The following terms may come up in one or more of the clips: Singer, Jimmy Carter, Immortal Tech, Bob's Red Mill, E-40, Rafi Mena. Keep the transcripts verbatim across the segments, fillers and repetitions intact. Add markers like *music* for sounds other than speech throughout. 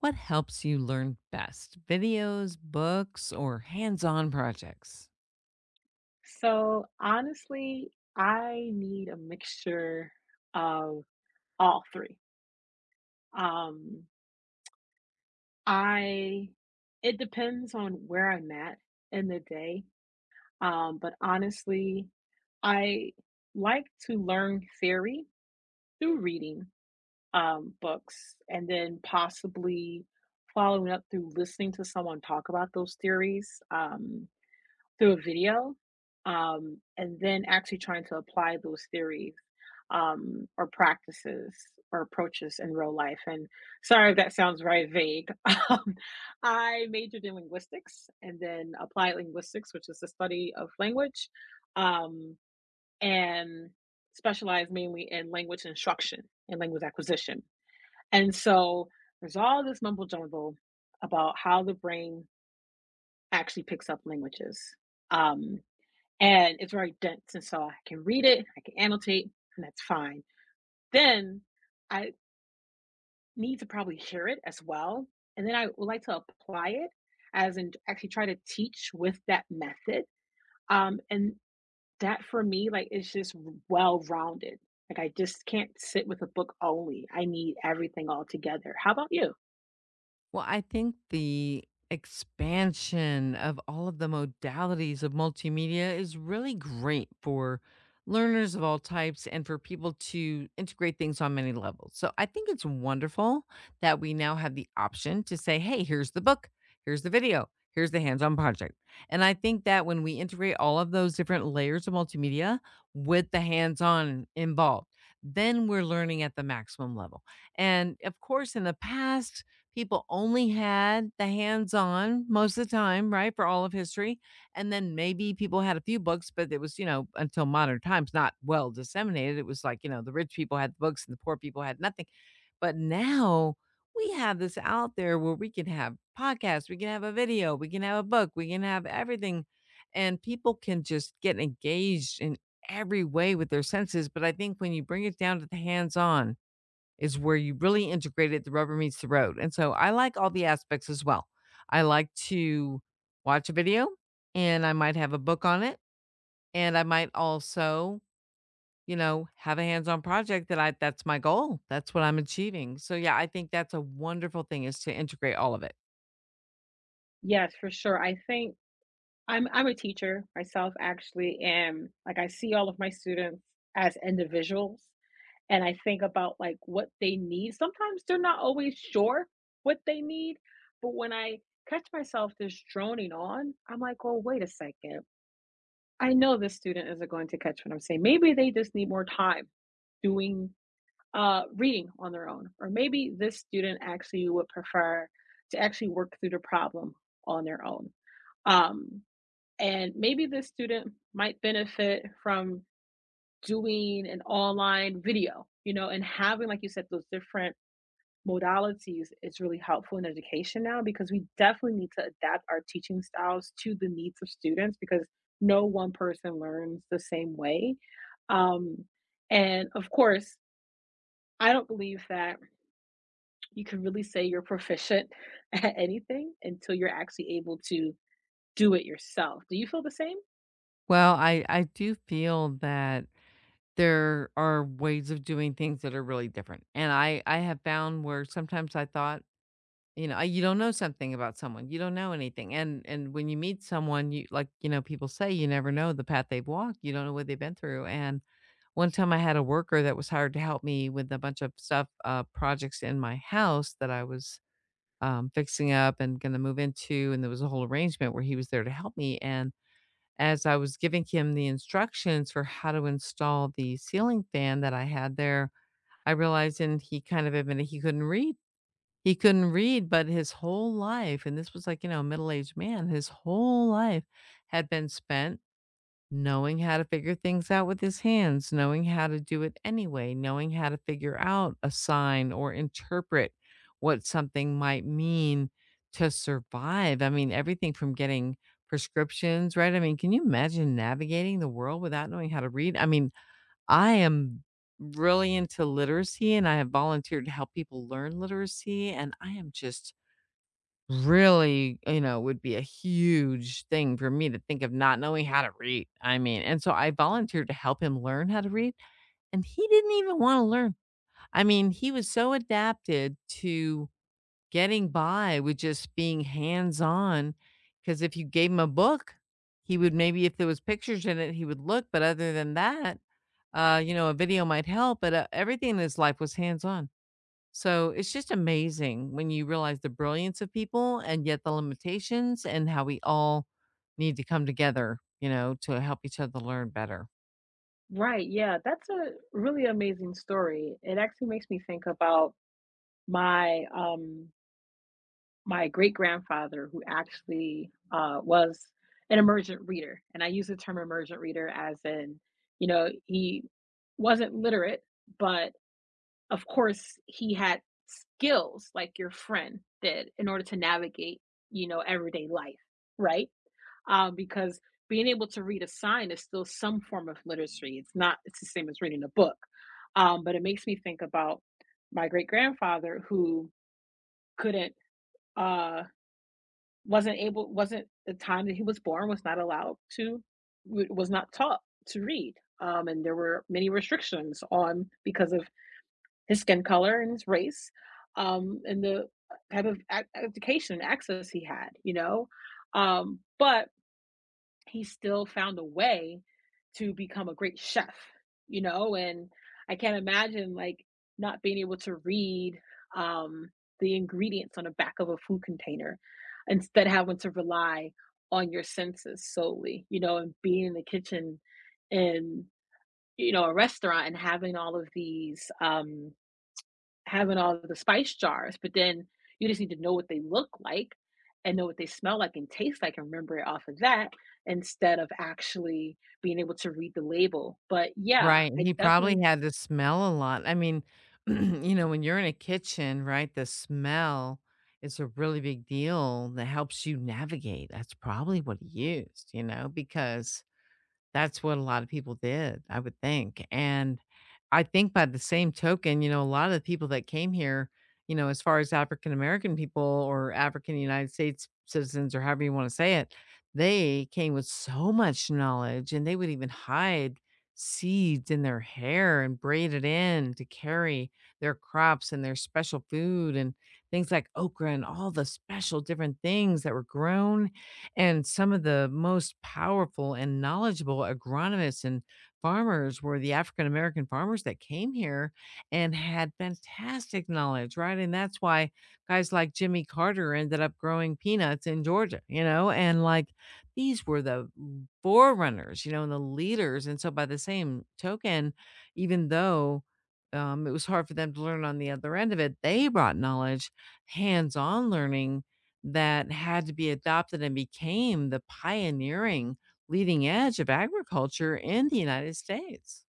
What helps you learn best? Videos, books, or hands on projects? So honestly, I need a mixture of all three. Um, I It depends on where I'm at in the day. Um, but honestly, I like to learn theory through reading um, books and then possibly following up through listening to someone talk about those theories. Um, through a video, um, and then actually trying to apply those theories um, or practices or approaches in real life. And sorry if that sounds very vague. *laughs* Um, I majored in linguistics and then applied linguistics, which is the study of language, um, and specialized mainly in language instruction and language acquisition. And so there's all this mumbo jumbo about how the brain actually picks up languages. Um, and it's very dense. And so I can read it, I can annotate, and that's fine. Then I need to probably hear it as well. And then I would like to apply it as in actually try to teach with that method. Um, and that for me, like, is just well rounded. Like, I just can't sit with a book only. I need everything all together. How about you? Well, I think the expansion of all of the modalities of multimedia is really great for learners of all types and for people to integrate things on many levels. So I think it's wonderful that we now have the option to say, hey, here's the book, here's the video, here's the hands on project. And I think that when we integrate all of those different layers of multimedia with the hands on involved, then we're learning at the maximum level. And of course, in the past, people only had the hands-on most of the time, right, for all of history, and then maybe people had a few books, but it was, you know, until modern times, not well disseminated. It was like, you know, the rich people had the books and the poor people had nothing. But now we have this out there where we can have podcasts, we can have a video, we can have a book, we can have everything, and people can just get engaged in every way with their senses. But I think when you bring it down to the hands-on is where you really integrate it, the rubber meets the road. And so I like all the aspects as well. I like to watch a video and I might have a book on it. And I might also, you know, have a hands-on project that I that's my goal. That's what I'm achieving. So yeah, I think that's a wonderful thing is to integrate all of it. Yes, for sure. I think I'm I'm a teacher myself actually, and like I see all of my students as individuals and I think about like what they need. Sometimes they're not always sure what they need, but when I catch myself just droning on, I'm like, oh wait a second. I know this student isn't going to catch what I'm saying. Maybe they just need more time doing uh reading on their own. Or maybe this student actually would prefer to actually work through the problem on their own. Um and maybe this student might benefit from doing an online video, you know, and having, like you said, those different modalities is really helpful in education now because we definitely need to adapt our teaching styles to the needs of students because no one person learns the same way. Um, and of course, I don't believe that you can really say you're proficient *laughs* at anything until you're actually able to do it yourself. Do you feel the same? Well, I I do feel that there are ways of doing things that are really different. And I I have found where sometimes I thought, you know, I- you don't know something about someone. You don't know anything. And and when you meet someone, you like, you know, people say you never know the path they've walked. You don't know what they've been through. And one time I had a worker that was hired to help me with a bunch of stuff, uh, projects in my house that I was um, fixing up and going to move into. And there was a whole arrangement where he was there to help me. And as I was giving him the instructions for how to install the ceiling fan that I had there, I realized and he kind of admitted he couldn't read, he couldn't read, but his whole life, and this was like, you know, a middle-aged man, his whole life had been spent knowing how to figure things out with his hands, knowing how to do it anyway, knowing how to figure out a sign or interpret what something might mean to survive. I mean, everything from getting prescriptions, right? I mean, can you imagine navigating the world without knowing how to read? I mean, I am really into literacy, and I have volunteered to help people learn literacy, and I am just really, you know, would be a huge thing for me to think of not knowing how to read, I mean, and so I volunteered to help him learn how to read, and he didn't even wanna learn. I mean, he was so adapted to getting by with just being hands-on, on because if you gave him a book, he would maybe if there was pictures in it, he would look, but other than that uh, you know, a video might help, but uh, everything in his life was hands on. So it's just amazing when you realize the brilliance of people and yet the limitations and how we all need to come together, you know, to help each other learn better. Right, yeah, that's a really amazing story. It actually makes me think about my, um my great grandfather, who actually uh, was an emergent reader. And I use the term emergent reader as in, you know, he wasn't literate, but of course he had skills like your friend did in order to navigate, you know, everyday life, right? Um, because being able to read a sign is still some form of literacy. It's not, it's the same as reading a book. Um, but it makes me think about my great grandfather who couldn't. Uh, wasn't able wasn't the time that he was born was not allowed to w- was not taught to read, um, and there were many restrictions on because of his skin color and his race, um, and the type of ac- education and access he had, you know, um, but he still found a way to become a great chef, you know, and I can't imagine like not being able to read, um, the ingredients on the back of a food container, instead having to rely on your senses solely, you know, and being in the kitchen and, you know, a restaurant and having all of these um having all of the spice jars, but then you just need to know what they look like and know what they smell like and taste like and remember it off of that instead of actually being able to read the label. But yeah, Right. I He probably definitely had to smell a lot. I mean, *clears throat* you know, when you're in a kitchen, right, the smell is a really big deal that helps you navigate. That's probably what he used, you know, because that's what a lot of people did, I would think, and I think by the same token, you know, a lot of the people that came here, you know, as far as African American people or African United States citizens or however you wanna say it, they came with so much knowledge, and they would even hide seeds in their hair and braid it in to carry their crops and their special food and things like okra and all the special different things that were grown and some of the most powerful and knowledgeable agronomists and farmers were the African American farmers that came here and had fantastic knowledge, right? And that's why guys like Jimmy Carter ended up growing peanuts in Georgia, you know? And like these were the forerunners, you know, and the leaders. And so by the same token, even though um, it was hard for them to learn on the other end of it. They brought knowledge, hands on learning that had to be adopted and became the pioneering leading edge of agriculture in the United States.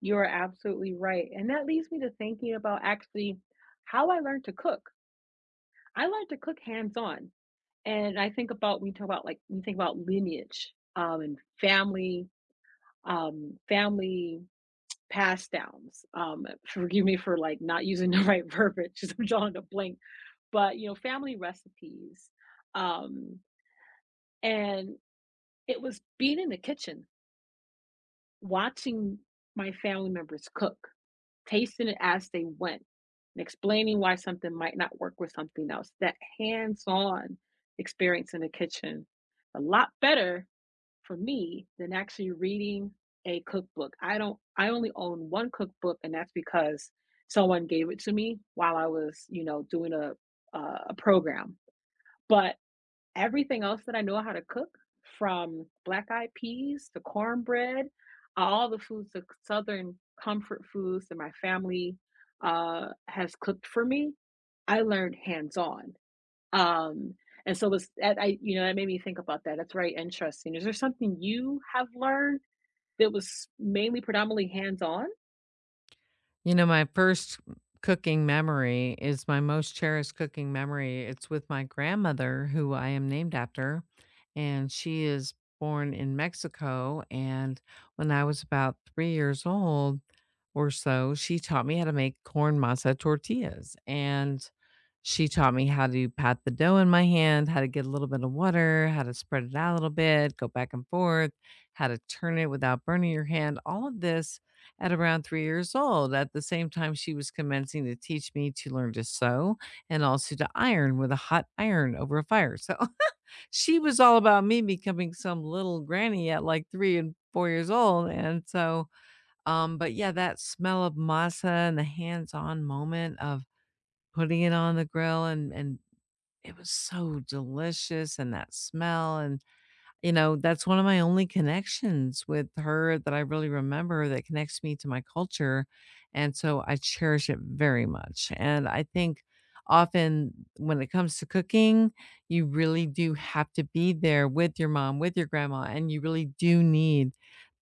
you are absolutely right. And that leads me to thinking about actually how I learned to cook. I learned to cook hands-on. And I think about we talk about like we think about lineage um and family um family pass downs. Um, forgive me for like not using the *laughs* right verbiage because I'm drawing a blank, but you know, family recipes. Um, and it was being in the kitchen, watching my family members cook, tasting it as they went, and explaining why something might not work with something else. That hands on experience in the kitchen, a lot better for me than actually reading a cookbook. I don't I only own one cookbook and that's because someone gave it to me while I was, you know, doing a uh, a program. But everything else that I know how to cook, from black eyed peas to cornbread, all the foods, the southern comfort foods that my family uh, has cooked for me, I learned hands on. Um, and so was that I you know, that made me think about that. That's very interesting. Is there something you have learned that was mainly predominantly hands-on? You know, my first cooking memory is my most cherished cooking memory. It's with my grandmother, who I am named after, and she is born in Mexico. And when I was about three years old, or so, she taught me how to make corn masa tortillas. And she taught me how to pat the dough in my hand, how to get a little bit of water, how to spread it out a little bit, go back and forth, how to turn it without burning your hand. All of this at around three years old. At the same time, she was commencing to teach me to learn to sew and also to iron with a hot iron over a fire. So *laughs* she was all about me becoming some little granny at like three and four years old. And so um, but yeah, that smell of masa and the hands-on moment of putting it on the grill and and it was so delicious and that smell and, you know, that's one of my only connections with her that I really remember that connects me to my culture, and so I cherish it very much, and I think often when it comes to cooking, you really do have to be there with your mom, with your grandma, and you really do need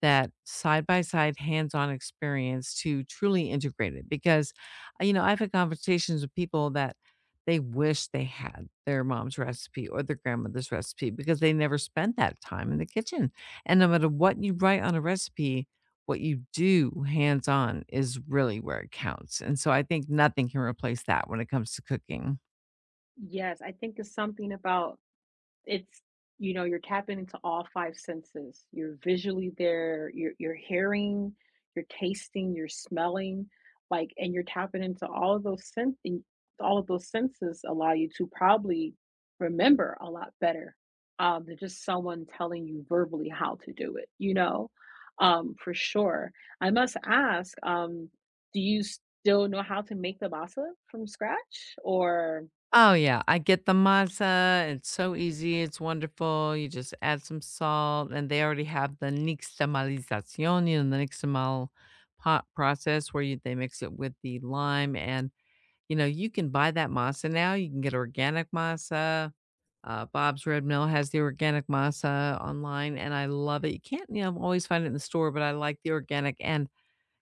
that side-by-side hands-on experience to truly integrate it because, uh, you know, I've had conversations with people that they wish they had their mom's recipe or their grandmother's recipe because they never spent that time in the kitchen, and no matter what you write on a recipe, what you do hands-on is really where it counts, and so I think nothing can replace that when it comes to cooking. Yes, I think it's something about it's you know you're tapping into all five senses, you're visually there, you're, you're hearing, you're tasting, you're smelling, like, and you're tapping into all of those sense, and all of those senses allow you to probably remember a lot better um, than just someone telling you verbally how to do it, you know, um, for sure. I must ask, um, do you still know how to make the masa from scratch or Oh, yeah, I get the matzah, it's so easy, it's wonderful, you just add some salt, and they already have the nixtamalización, you know, the nixtamal pot process where you they mix it with the lime and, you know, you can buy that masa now, you can get organic masa, uh, Bob's Red Mill has the organic masa online, and I love it. You can't, you know, always find it in the store, but I like the organic, and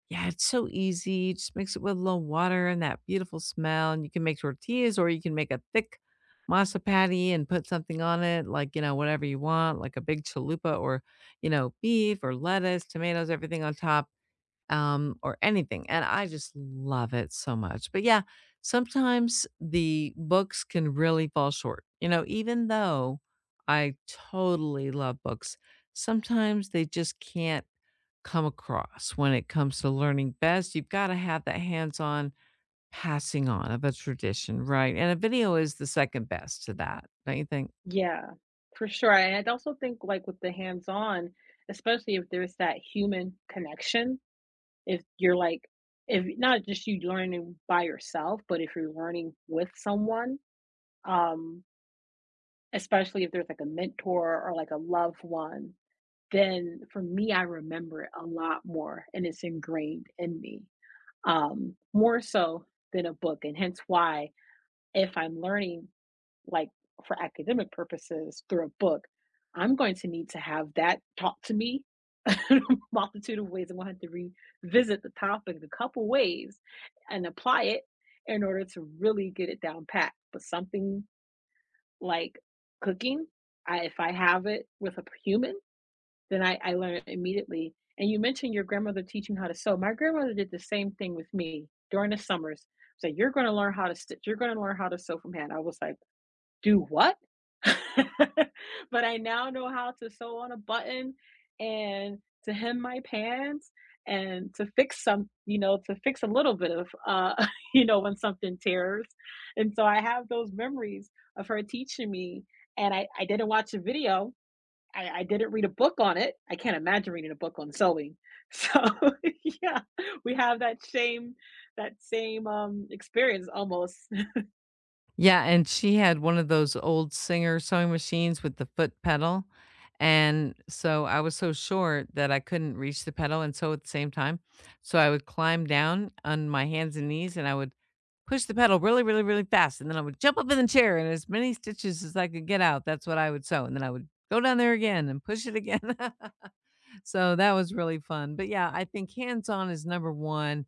yeah, it's so easy, just mix it with a little water and that beautiful smell, and you can make tortillas or you can make a thick masa patty and put something on it, like, you know, whatever you want, like a big chalupa or, you know, beef or lettuce, tomatoes, everything on top, um, or anything. And I just love it so much. But yeah, sometimes the books can really fall short. You know, even though I totally love books, sometimes they just can't come across when it comes to learning best. You've got to have that hands on passing on of a tradition, right? And a video is the second best to that, don't you think? Yeah, for sure, and I also think, like, with the hands-on, especially if there's that human connection, if you're, like if not just you learning by yourself, but if you're learning with someone, um, especially if there's, like, a mentor or, like, a loved one, then for me, I remember it a lot more, and it's ingrained in me, um, more so than a book, and hence why if I'm learning, like, for academic purposes through a book, I'm going to need to have that taught to me *laughs* in a multitude of ways. I'm going to have to revisit the topic a couple ways and apply it in order to really get it down pat. But something like cooking, I, if I have it with a human, then I, I learn it immediately. And you mentioned your grandmother teaching how to sew. My grandmother did the same thing with me during the summers. So you're going to learn how to stitch. You're going to learn how to sew from hand. I was like, do what? *laughs* But I now know how to sew on a button and to hem my pants and to fix some, you know, to fix a little bit of, uh, *laughs* you know, when something tears. And so I have those memories of her teaching me. And I, I didn't watch a video. I, I didn't read a book on it. I can't imagine reading a book on sewing. So *laughs* yeah, we have that same, that same um, experience almost Yeah, and she had one of those old Singer sewing machines with the foot pedal, and so I was so short that I couldn't reach the pedal and sew at the same time, so I would climb down on my hands and knees, and I would push the pedal really, really, really fast, and then I would jump up in the chair, and as many stitches as I could get out, that's what I would sew, and then I would go down there again and push it again. *laughs* So that was really fun. But yeah, I think hands on is number one.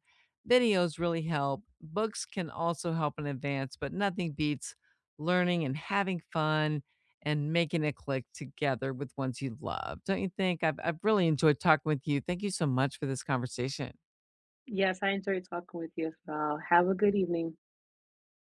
Videos really help. Books can also help in advance, but nothing beats learning and having fun and making it click together with ones you love. Don't you think? I've, I've really enjoyed talking with you. Thank you so much for this conversation. Yes, I enjoyed talking with you as well. Have a good evening.